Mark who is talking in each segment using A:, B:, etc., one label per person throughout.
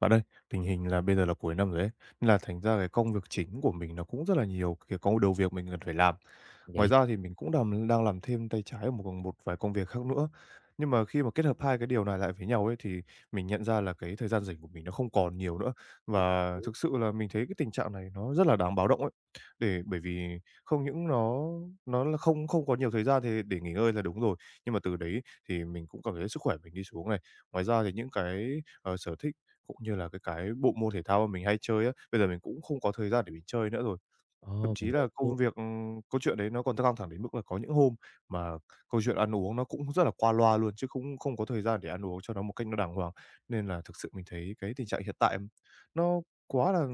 A: Bạn ơi, tình hình là bây giờ là cuối năm rồi ấy, nên là thành ra cái công việc chính của mình nó cũng rất là nhiều, cái đầu việc mình cần phải làm. Ngoài
B: Vậy.
A: ra thì mình cũng đang làm thêm tay trái ở một một vài công việc khác nữa. Nhưng mà khi mà kết hợp hai cái điều này lại với nhau ấy, thì mình nhận ra là cái thời gian rảnh của mình nó không còn nhiều nữa. Và
B: Hiểu.
A: thực sự là mình thấy cái tình trạng này nó rất là đáng báo động ấy. Bởi vì không những nó là không không có nhiều thời gian thì để nghỉ ngơi là đúng rồi, nhưng mà từ đấy thì mình cũng cảm thấy sức khỏe mình đi xuống này. Ngoài ra thì những cái, sở thích cũng như là cái bộ môn thể thao mà mình hay chơi á, bây giờ mình cũng không có thời gian để mình chơi nữa rồi. Thậm
B: Ồ,
A: chí
B: mình hiểu
A: là
B: luôn.
A: công việc câu chuyện đấy nó còn căng thẳng đến mức là có những hôm mà câu chuyện ăn uống nó cũng rất là qua loa luôn, chứ cũng không có thời gian để ăn uống cho nó một cách nó đàng hoàng. Nên là thực sự mình thấy cái tình trạng hiện tại nó quá là,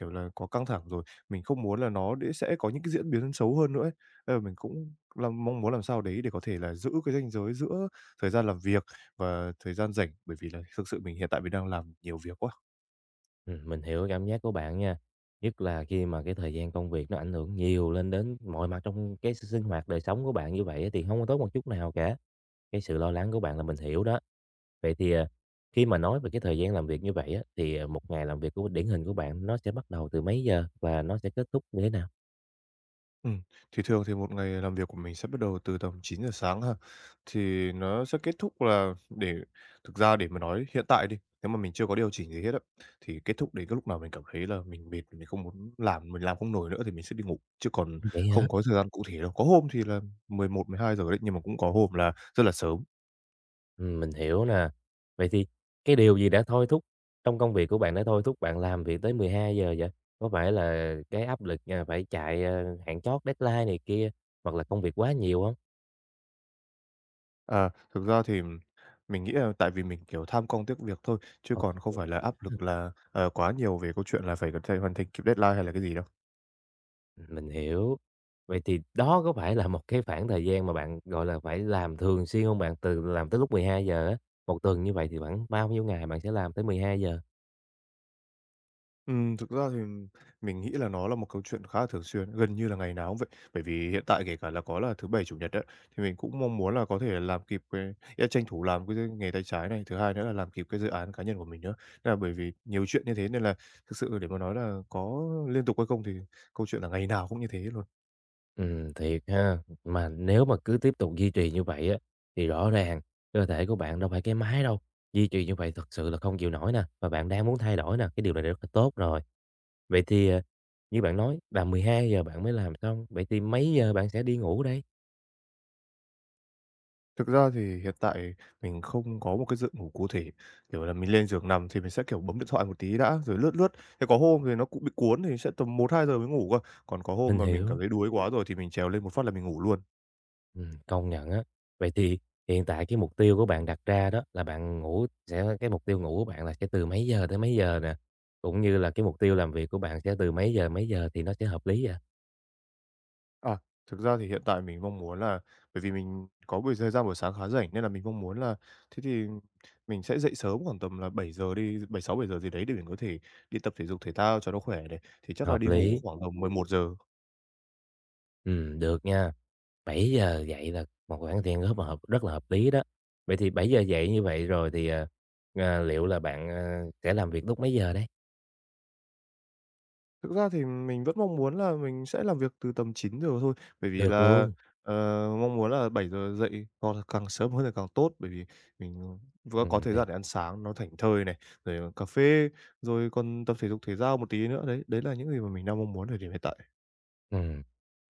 A: kiểu là, quá căng thẳng rồi, mình không muốn là nó sẽ có những cái diễn biến xấu hơn nữa ấy. Nên là mình cũng mong muốn làm sao đấy để có thể là giữ cái ranh giới giữa thời gian làm việc và thời gian rảnh, bởi vì là thực sự mình hiện tại mình đang làm nhiều việc quá.
B: Mình hiểu cái cảm giác của bạn nha. Nhất là khi mà cái thời gian công việc nó ảnh hưởng nhiều lên đến mọi mặt trong cái sinh hoạt đời sống của bạn như vậy á thì không có tốt một chút nào cả. Cái sự lo lắng của bạn là mình hiểu đó. Vậy thì, khi mà nói về cái thời gian làm việc như vậy á, thì, một ngày làm việc của điển hình của bạn nó sẽ bắt đầu từ mấy giờ và nó sẽ kết thúc như thế nào?
A: Ừm, thì thường thì một ngày làm việc của mình sẽ bắt đầu từ tầm 9 giờ sáng ha, thì nó sẽ kết thúc là để thực ra để mà nói hiện tại đi, nếu mà mình chưa có điều chỉnh gì hết á, thì kết thúc đến cái lúc nào mình cảm thấy là mình mệt, mình không muốn làm, mình làm không nổi nữa thì mình sẽ đi ngủ, chứ còn
B: Vậy hả?
A: không có thời gian cụ thể đâu. Có hôm thì là 10, 11, 12 giờ đấy, nhưng mà cũng có hôm là rất là sớm.
B: Mình hiểu nè. Vậy thì cái điều gì đã thôi thúc trong công việc của bạn đã thôi thúc bạn làm việc tới 12 giờ? Có phải là cái áp lực, phải chạy, hạn chót, deadline này kia, hoặc là công việc quá nhiều không?
A: À, thực ra thì mình nghĩ là tại vì mình, kiểu, tham công tiếc việc thôi, chứ
B: Ờ,
A: còn không phải là áp lực là, quá nhiều về câu chuyện là phải có thể hoàn thành kịp deadline hay là cái gì đâu.
B: mình hiểu. Vậy thì đó có phải là một cái khoảng thời gian mà bạn, gọi là, phải làm thường xuyên không bạn? Từ làm tới lúc 12:00 á, một tuần như vậy thì khoảng bao nhiêu ngày bạn sẽ làm tới 12 giờ?
A: Thực ra thì mình nghĩ là nó là một câu chuyện khá là thường xuyên, gần như là ngày nào cũng vậy. Bởi vì hiện tại kể cả là có là thứ Bảy, Chủ nhật á, thì mình cũng mong muốn là có thể làm kịp cái ý là tranh thủ làm cái nghề tay trái này, thứ hai nữa là làm kịp cái dự án cá nhân của mình nữa. Nên là bởi vì nhiều chuyện như thế nên là thực sự để mà nói là có liên tục hay không thì câu chuyện là ngày nào cũng như thế luôn.
B: Thiệt ha. Mà nếu mà cứ tiếp tục duy trì như vậy á, thì rõ ràng cơ thể của bạn đâu phải cái máy đâu. Duy trì như vậy thật sự là không chịu nổi nè, và bạn đang muốn thay đổi nè, cái điều này rất là tốt rồi. Vậy thì, như bạn nói là 12 giờ bạn mới làm xong, vậy thì mấy giờ bạn sẽ đi ngủ đây?
A: Thực ra thì hiện tại mình không có một cái giường ngủ cụ thể, kiểu là, mình lên giường nằm thì mình sẽ, kiểu, bấm điện thoại một tí đã, rồi lướt lướt. Thế có hôm thì nó cũng bị cuốn thì sẽ tầm 1-2 giờ mới ngủ cơ, còn có hôm
B: Mình
A: mà mình cảm
B: hiểu,
A: thấy đuối quá rồi thì mình trèo lên một phát là mình ngủ luôn.
B: công nhận á. Vậy thì hiện tại cái mục tiêu của bạn đặt ra đó là bạn ngủ sẽ cái mục tiêu ngủ của bạn là sẽ từ mấy giờ tới mấy giờ nè? Cũng như là cái mục tiêu làm việc của bạn sẽ từ mấy giờ thì nó sẽ hợp lý vậy?
A: À, thực ra thì hiện tại mình mong muốn là bởi vì mình có thời gian buổi sáng khá rảnh nên là mình mong muốn là thế thì mình sẽ dậy sớm khoảng tầm là 7 giờ đi, 6-7 giờ gì đấy để mình có thể đi tập thể dục thể thao cho nó khỏe này, thì chắc là
B: Hợp
A: đi ngủ
B: lý.
A: khoảng tầm 11 giờ.
B: Được nha. Bảy giờ dậy là một khoản tiền rất là hợp lý đó. Vậy thì bảy giờ dậy như vậy rồi thì, liệu là bạn, sẽ làm việc lúc mấy giờ đấy?
A: Thực ra thì mình vẫn mong muốn là mình sẽ làm việc từ tầm 9 giờ thôi, bởi vì
B: Được
A: là,
B: luôn,
A: ờ, mong muốn là 7 giờ dậy hoặc là càng sớm hơn thì càng tốt, bởi vì mình vừa có thời
B: thì
A: gian để ăn sáng nó thảnh thơi này, rồi cà phê, rồi còn tập thể dục thể thao một tí nữa. Đấy, đấy là những gì mà mình đang mong muốn thời điểm hiện tại.
B: ừm,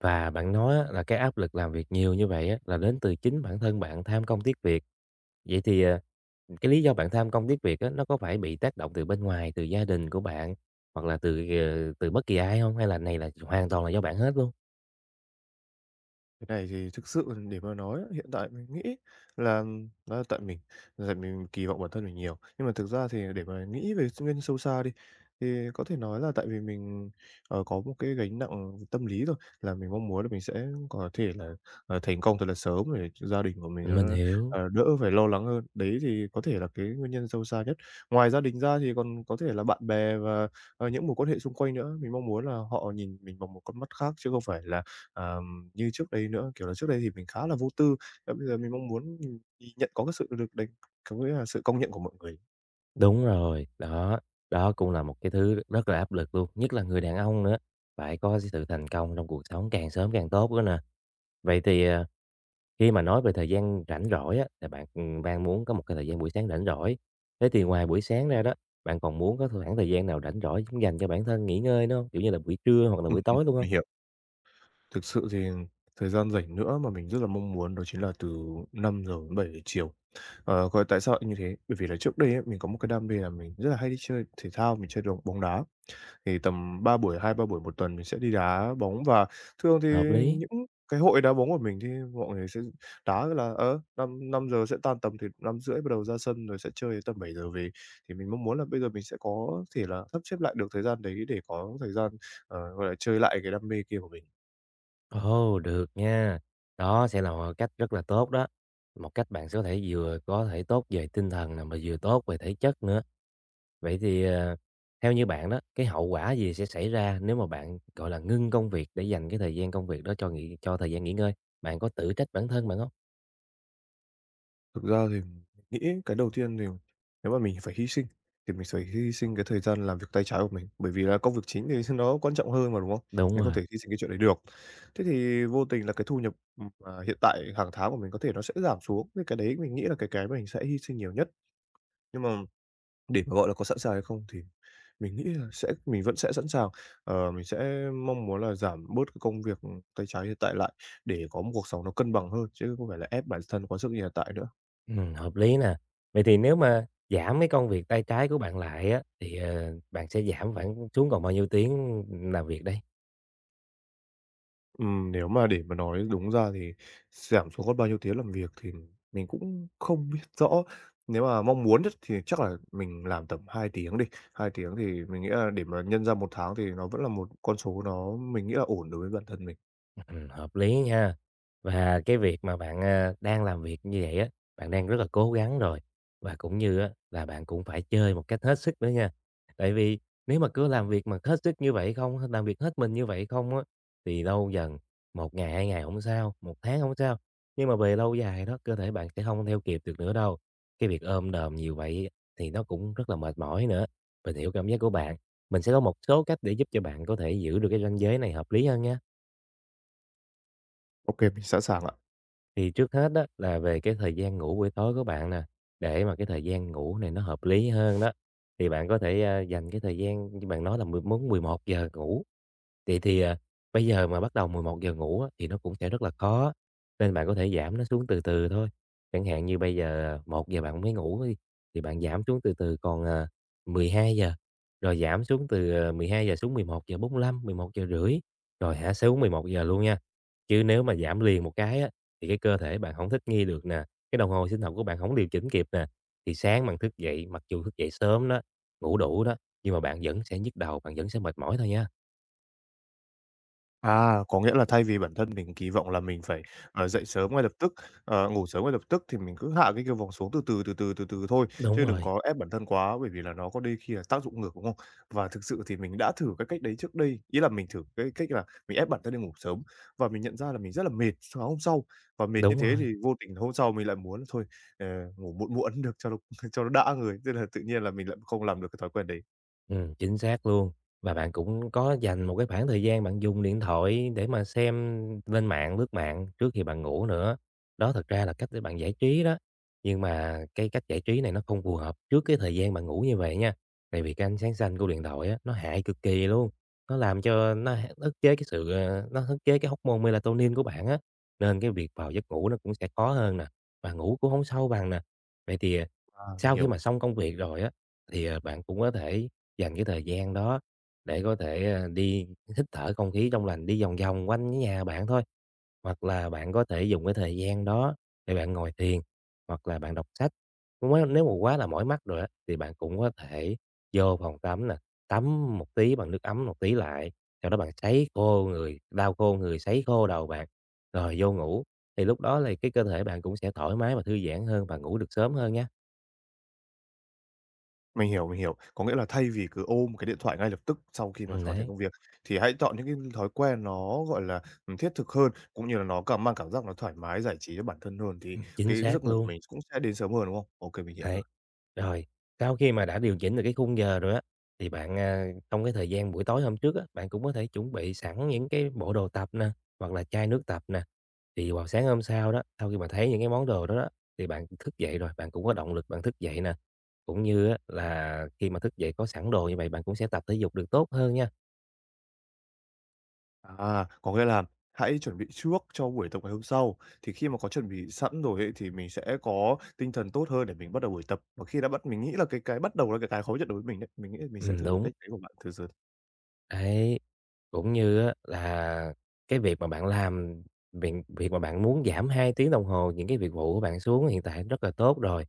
B: và bạn nói á là cái áp lực làm việc nhiều như vậy á là đến từ chính bản thân bạn tham công tiếc việc. Vậy thì, cái lý do bạn tham công tiếc việc á, nó có phải bị tác động từ bên ngoài, từ gia đình của bạn, hoặc là từ, ờ, từ bất kỳ ai không? Hay là này là hoàn toàn là do bạn hết luôn?
A: Cái này thì thực sự để mà nói á, hiện tại mình nghĩ là nó là tại mình kỳ vọng bản thân mình nhiều. Nhưng mà thực ra thì để mà nghĩ về nguyên nhân sâu xa đi, thì có thể nói là tại vì mình, có một cái gánh nặng tâm lý thôi, là mình mong muốn là mình sẽ có thể là, thành công thật là sớm để gia đình của mình
B: Mình
A: nó,
B: hiểu.
A: đỡ phải lo lắng hơn. Đấy thì có thể là cái nguyên nhân sâu xa nhất. Ngoài gia đình ra thì còn có thể là bạn bè và, những mối quan hệ xung quanh nữa. Mình mong muốn là họ nhìn mình bằng một con mắt khác chứ không phải là, à như trước đấy nữa. Kiểu là trước đây thì mình khá là vô tư, và bây giờ mình mong muốn mình thì nhận có cái sự được đánh có nghĩa là sự công nhận của mọi người.
B: Đúng rồi, đó, đó cũng là một cái thứ rất là áp lực luôn, nhất là người đàn ông nữa, phải có cái sự thành công trong cuộc sống càng sớm càng tốt nữa nè. Vậy thì, khi mà nói về thời gian rảnh rỗi á, là bạn, đang muốn có một cái thời gian buổi sáng rảnh rỗi. Thế thì ngoài buổi sáng ra đó, bạn còn muốn có khoảng thời gian nào rảnh rỗi dành cho bản thân nghỉ ngơi nữa không? Kiểu như là buổi trưa hoặc là buổi tối luôn không?
A: Mình hiểu. Thực sự thì thời gian rảnh nữa mà mình rất là mong muốn đó chính là từ 5 giờ đến 7 giờ chiều. Ờ, coi tại sao lại như thế? Bởi vì là trước đây ấy, mình có một cái đam mê là mình rất là hay đi chơi thể thao, mình chơi bóng đá. Thì tầm 3 buổi, 2-3 buổi một tuần mình sẽ đi đá bóng. Và thường thì
B: Hợp lý.
A: những cái hội đá bóng của mình thì mọi người sẽ đá là, ở năm năm giờ sẽ tan tầm thì 5 rưỡi bắt đầu ra sân rồi sẽ chơi đến tầm 7 giờ về. Thì mình mong muốn là bây giờ mình sẽ có thể là sắp xếp lại được thời gian đấy để có thời gian, gọi là, chơi lại cái đam mê kia của mình.
B: Ồ, được nha, đó sẽ là một cách rất là tốt đó, một cách bạn sẽ có thể vừa có thể tốt về tinh thần nè, mà vừa tốt về thể chất nữa. Vậy thì, theo như bạn đó, cái hậu quả gì sẽ xảy ra nếu mà bạn, gọi là, ngưng công việc để dành cái thời gian công việc đó cho nghỉ cho thời gian nghỉ ngơi? Bạn có tự trách bản thân bạn không?
A: Thực ra thì nghĩ cái đầu tiên thì nếu mà mình phải hy sinh thì mình phải hy sinh cái thời gian làm việc tay trái của mình, bởi vì là công việc chính thì nó quan trọng hơn mà, đúng không?
B: Đúng
A: Mình không thể
B: rồi,
A: hy sinh cái chuyện đấy được. Thế thì vô tình là cái thu nhập, hiện tại hàng tháng của mình có thể nó sẽ giảm xuống, thì cái đấy mình nghĩ là cái mình sẽ hy sinh nhiều nhất. Nhưng mà để mà gọi là có sẵn sàng hay không thì mình nghĩ là mình vẫn sẽ sẵn sàng. Ờ, mình sẽ mong muốn là giảm bớt cái công việc tay trái hiện tại lại để có một cuộc sống nó cân bằng hơn, chứ không phải là ép bản thân quá sức như hiện tại nữa.
B: hợp lý nè. Vậy thì nếu mà giảm cái công việc tay trái của bạn lại á, thì, bạn sẽ giảm khoảng xuống còn bao nhiêu tiếng làm việc đây?
A: Nếu mà để mà nói đúng ra thì giảm xuống còn bao nhiêu tiếng làm việc thì mình cũng không biết rõ. Nếu mà mong muốn nhất thì chắc là mình làm tầm 2 tiếng đi, 2 tiếng thì mình nghĩ là để mà nhân ra một tháng thì nó vẫn là một con số nó mình nghĩ là ổn đối với bản thân mình.
B: Hợp lý nha. Và cái việc mà bạn, đang làm việc như vậy á, bạn đang rất là cố gắng rồi, và cũng như á là bạn cũng phải chơi một cách hết sức nữa nha. Tại vì nếu mà cứ làm việc mà hết sức như vậy không, làm việc hết mình như vậy không á, thì lâu dần, 1 ngày, 2 ngày không sao, 1 tháng không sao, nhưng mà về lâu dài đó, cơ thể bạn sẽ không theo kịp được nữa đâu. Cái việc ôm đờm nhiều vậy thì nó cũng rất là mệt mỏi nữa. Mình hiểu cảm giác của bạn, mình sẽ có một số cách để giúp cho bạn có thể giữ được cái ranh giới này hợp lý hơn nha.
A: OK, mình sẵn sàng ạ.
B: Thì trước hết đó là về cái thời gian ngủ buổi tối của bạn nè, để mà cái thời gian ngủ này nó hợp lý hơn đó, thì bạn có thể, dành cái thời gian như bạn nói là 11 giờ ngủ. Vậy thì, bây giờ mà bắt đầu 11 giờ ngủ á, thì nó cũng sẽ rất là khó, nên bạn có thể giảm nó xuống từ từ thôi. Chẳng hạn như bây giờ 1 giờ bạn mới ngủ đi, thì bạn giảm xuống từ từ còn, 12 giờ, rồi giảm xuống từ, giờ xuống 11 giờ 45, 11 giờ rưỡi, rồi hạ xuống 11 giờ luôn nha. Chứ nếu mà giảm liền một cái á, thì cái cơ thể bạn không thích nghi được nè, cái đồng hồ sinh học của bạn không điều chỉnh kịp nè, thì sáng bạn thức dậy, mặc dù thức dậy sớm đó, ngủ đủ đó, nhưng mà bạn vẫn sẽ nhức đầu, bạn vẫn sẽ mệt mỏi thôi nha.
A: À, có nghĩa là thay vì bản thân mình kỳ vọng là mình phải, dậy sớm ngay lập tức, ngủ sớm ngay lập tức thì mình cứ hạ cái kỳ vọng xuống từ từ, từ từ, từ từ thôi,
B: Đúng
A: chứ đừng
B: rồi.
A: có ép bản thân quá bởi vì là nó có đôi khi là tác dụng ngược, đúng không? Và thực sự thì mình đã thử cái cách đấy trước đây, ý là mình thử cái cách là mình ép bản thân đi ngủ sớm và mình nhận ra là mình rất là mệt sáng hôm sau, và mệt như
B: Đúng
A: thế thì
B: rồi.
A: vô tình hôm sau mình lại muốn thôi, ờ, ngủ muộn muộn được cho nó cho nó đã người, thế là tự nhiên là mình lại không làm được cái thói quen đấy.
B: Chính xác luôn. Và bạn cũng có dành một cái khoảng thời gian bạn dùng điện thoại để mà xem lên mạng, lướt mạng trước khi bạn ngủ nữa. Đó thật ra là cách để bạn giải trí đó, nhưng mà cái cách giải trí này nó không phù hợp trước cái thời gian bạn ngủ như vậy nha. Tại vì cái ánh sáng xanh của điện thoại á, nó hại cực kỳ luôn, nó làm cho nó h ức chế cái sự, nó ức chế cái hormone melatonin của bạn á, nên cái việc vào giấc ngủ nó cũng sẽ khó hơn nè, và ngủ cũng không sâu bằng nè. Vậy thì,
A: À, mình
B: sau khi
A: hiểu.
B: mà xong công việc rồi á, thì, bạn cũng có thể dành cái thời gian đó để có thể, đi hít thở không khí trong lành, đi vòng vòng quanh cái nhà bạn thôi. Hoặc là bạn có thể dùng cái thời gian đó để bạn ngồi thiền, hoặc là bạn đọc sách. Mới nếu mà quá là mỏi mắt rồi á, thì bạn cũng có thể vô phòng tắm nè, tắm một tí bằng nước ấm một tí lại, sau đó bạn sấy khô người, lau khô người, sấy khô đầu bạn, rồi vô ngủ. Thì lúc đó thì cái cơ thể bạn cũng sẽ thoải mái và thư giãn hơn và ngủ được sớm hơn nhé.
A: Mình hiểu, mình hiểu. Có nghĩa là thay vì cứ ôm cái điện thoại ngay lập tức sau khi mà hoàn thành
B: Đấy,
A: công việc, thì hãy chọn những cái thói quen nó, gọi là, thiết thực hơn, cũng như là nó mang cảm giác nó thoải mái, giải trí cho bản thân hơn, thì
B: chính
A: cái giấc
B: xác
A: ngủ
B: luôn.
A: mình cũng sẽ đến sớm hơn, đúng không? Ô kê, mình hiểu rồi.
B: Đấy, rồi sau khi mà đã điều chỉnh được cái khung giờ rồi á, thì bạn, trong cái thời gian buổi tối hôm trước á, bạn cũng có thể chuẩn bị sẵn những cái bộ đồ tập nè, hoặc là chai nước tập nè. Thì vào sáng hôm sau đó, sau khi mà thấy những cái món đồ đó đó, thì bạn thức dậy rồi, bạn cũng có động lực bạn thức dậy nè. Cũng như á là khi mà thức dậy có sẵn đồ như vậy, bạn cũng sẽ tập thể dục được tốt hơn nha.
A: À, có nghĩa là hãy chuẩn bị trước cho buổi tập ngày hôm sau, thì khi mà có chuẩn bị sẵn rồi ấy, thì mình sẽ có tinh thần tốt hơn để mình bắt đầu buổi tập. Và khi đã bắt mình nghĩ là cái bắt đầu là cái khó nhất đối với mình đấy, mình nghĩ là mình sẽ thử cái
B: Đúng.
A: cách đấy của bạn thử s.
B: Đấy, cũng như á là cái việc mà bạn làm, việc việc mà bạn muốn giảm 2 tiếng đồng hồ những cái việc vụ của bạn xuống hiện tại rất là tốt rồi.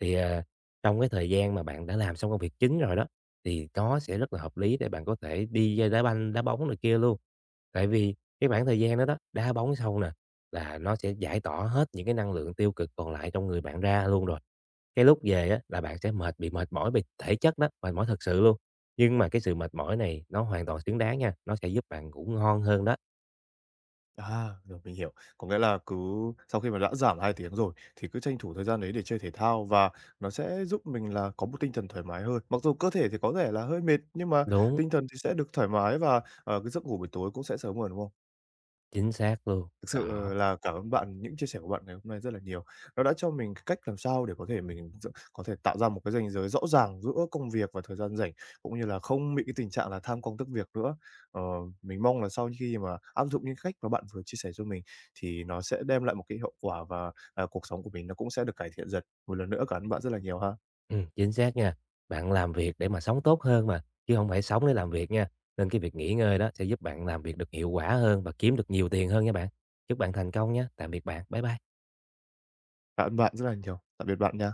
B: Thì, trong cái thời gian mà bạn đã làm xong công việc chính rồi đó, thì nó sẽ rất là hợp lý để bạn có thể đi chơi đá banh, đá bóng này kia luôn. Tại vì cái khoảng thời gian đó đó, đá bóng xong nè, là nó sẽ giải tỏa hết những cái năng lượng tiêu cực còn lại trong người bạn ra luôn rồi. Cái lúc về á là bạn sẽ mệt bị mệt mỏi về thể chất đó, mệt mỏi thật sự luôn. Nhưng mà cái sự mệt mỏi này nó hoàn toàn xứng đáng nha, nó sẽ giúp bạn ngủ ngon hơn đó.
A: À, rồi mình hiểu. Có nghĩa là cứ sau khi mà đã giảm 2 tiếng rồi thì cứ tranh thủ thời gian đấy để chơi thể thao và nó sẽ giúp mình là có một tinh thần thoải mái hơn. Mặc dù cơ thể thì có thể là hơi mệt nhưng mà
B: Đúng,
A: tinh thần thì sẽ được thoải mái và, cái giấc ngủ buổi tối cũng sẽ sớm hơn, đúng không?
B: chính xác luôn.
A: Thực sự
B: Đó,
A: là cảm ơn bạn, những chia sẻ của bạn ngày hôm nay rất là nhiều. Nó đã cho mình cái cách làm sao để có thể tạo ra một cái ranh giới rõ ràng giữa công việc và thời gian rảnh, cũng như là không bị cái tình trạng là tham công tiếc việc nữa. Ờ, mình mong là sau khi mà áp dụng những cách mà bạn vừa chia sẻ cho mình thì nó sẽ đem lại một cái hậu quả và, cuộc sống của mình nó cũng sẽ được cải thiện dần. Một lần nữa cảm ơn bạn rất là nhiều ha.
B: chính xác nha. Bạn làm việc để mà sống tốt hơn mà, chứ không phải sống để làm việc nha. Nên cái việc nghỉ ngơi đó sẽ giúp bạn làm việc được hiệu quả hơn và kiếm được nhiều tiền hơn nha bạn. Chúc bạn thành công nhé. Tạm biệt bạn. Bye bye.
A: Cảm ơn bạn rất là nhiều. Tạm biệt bạn nha.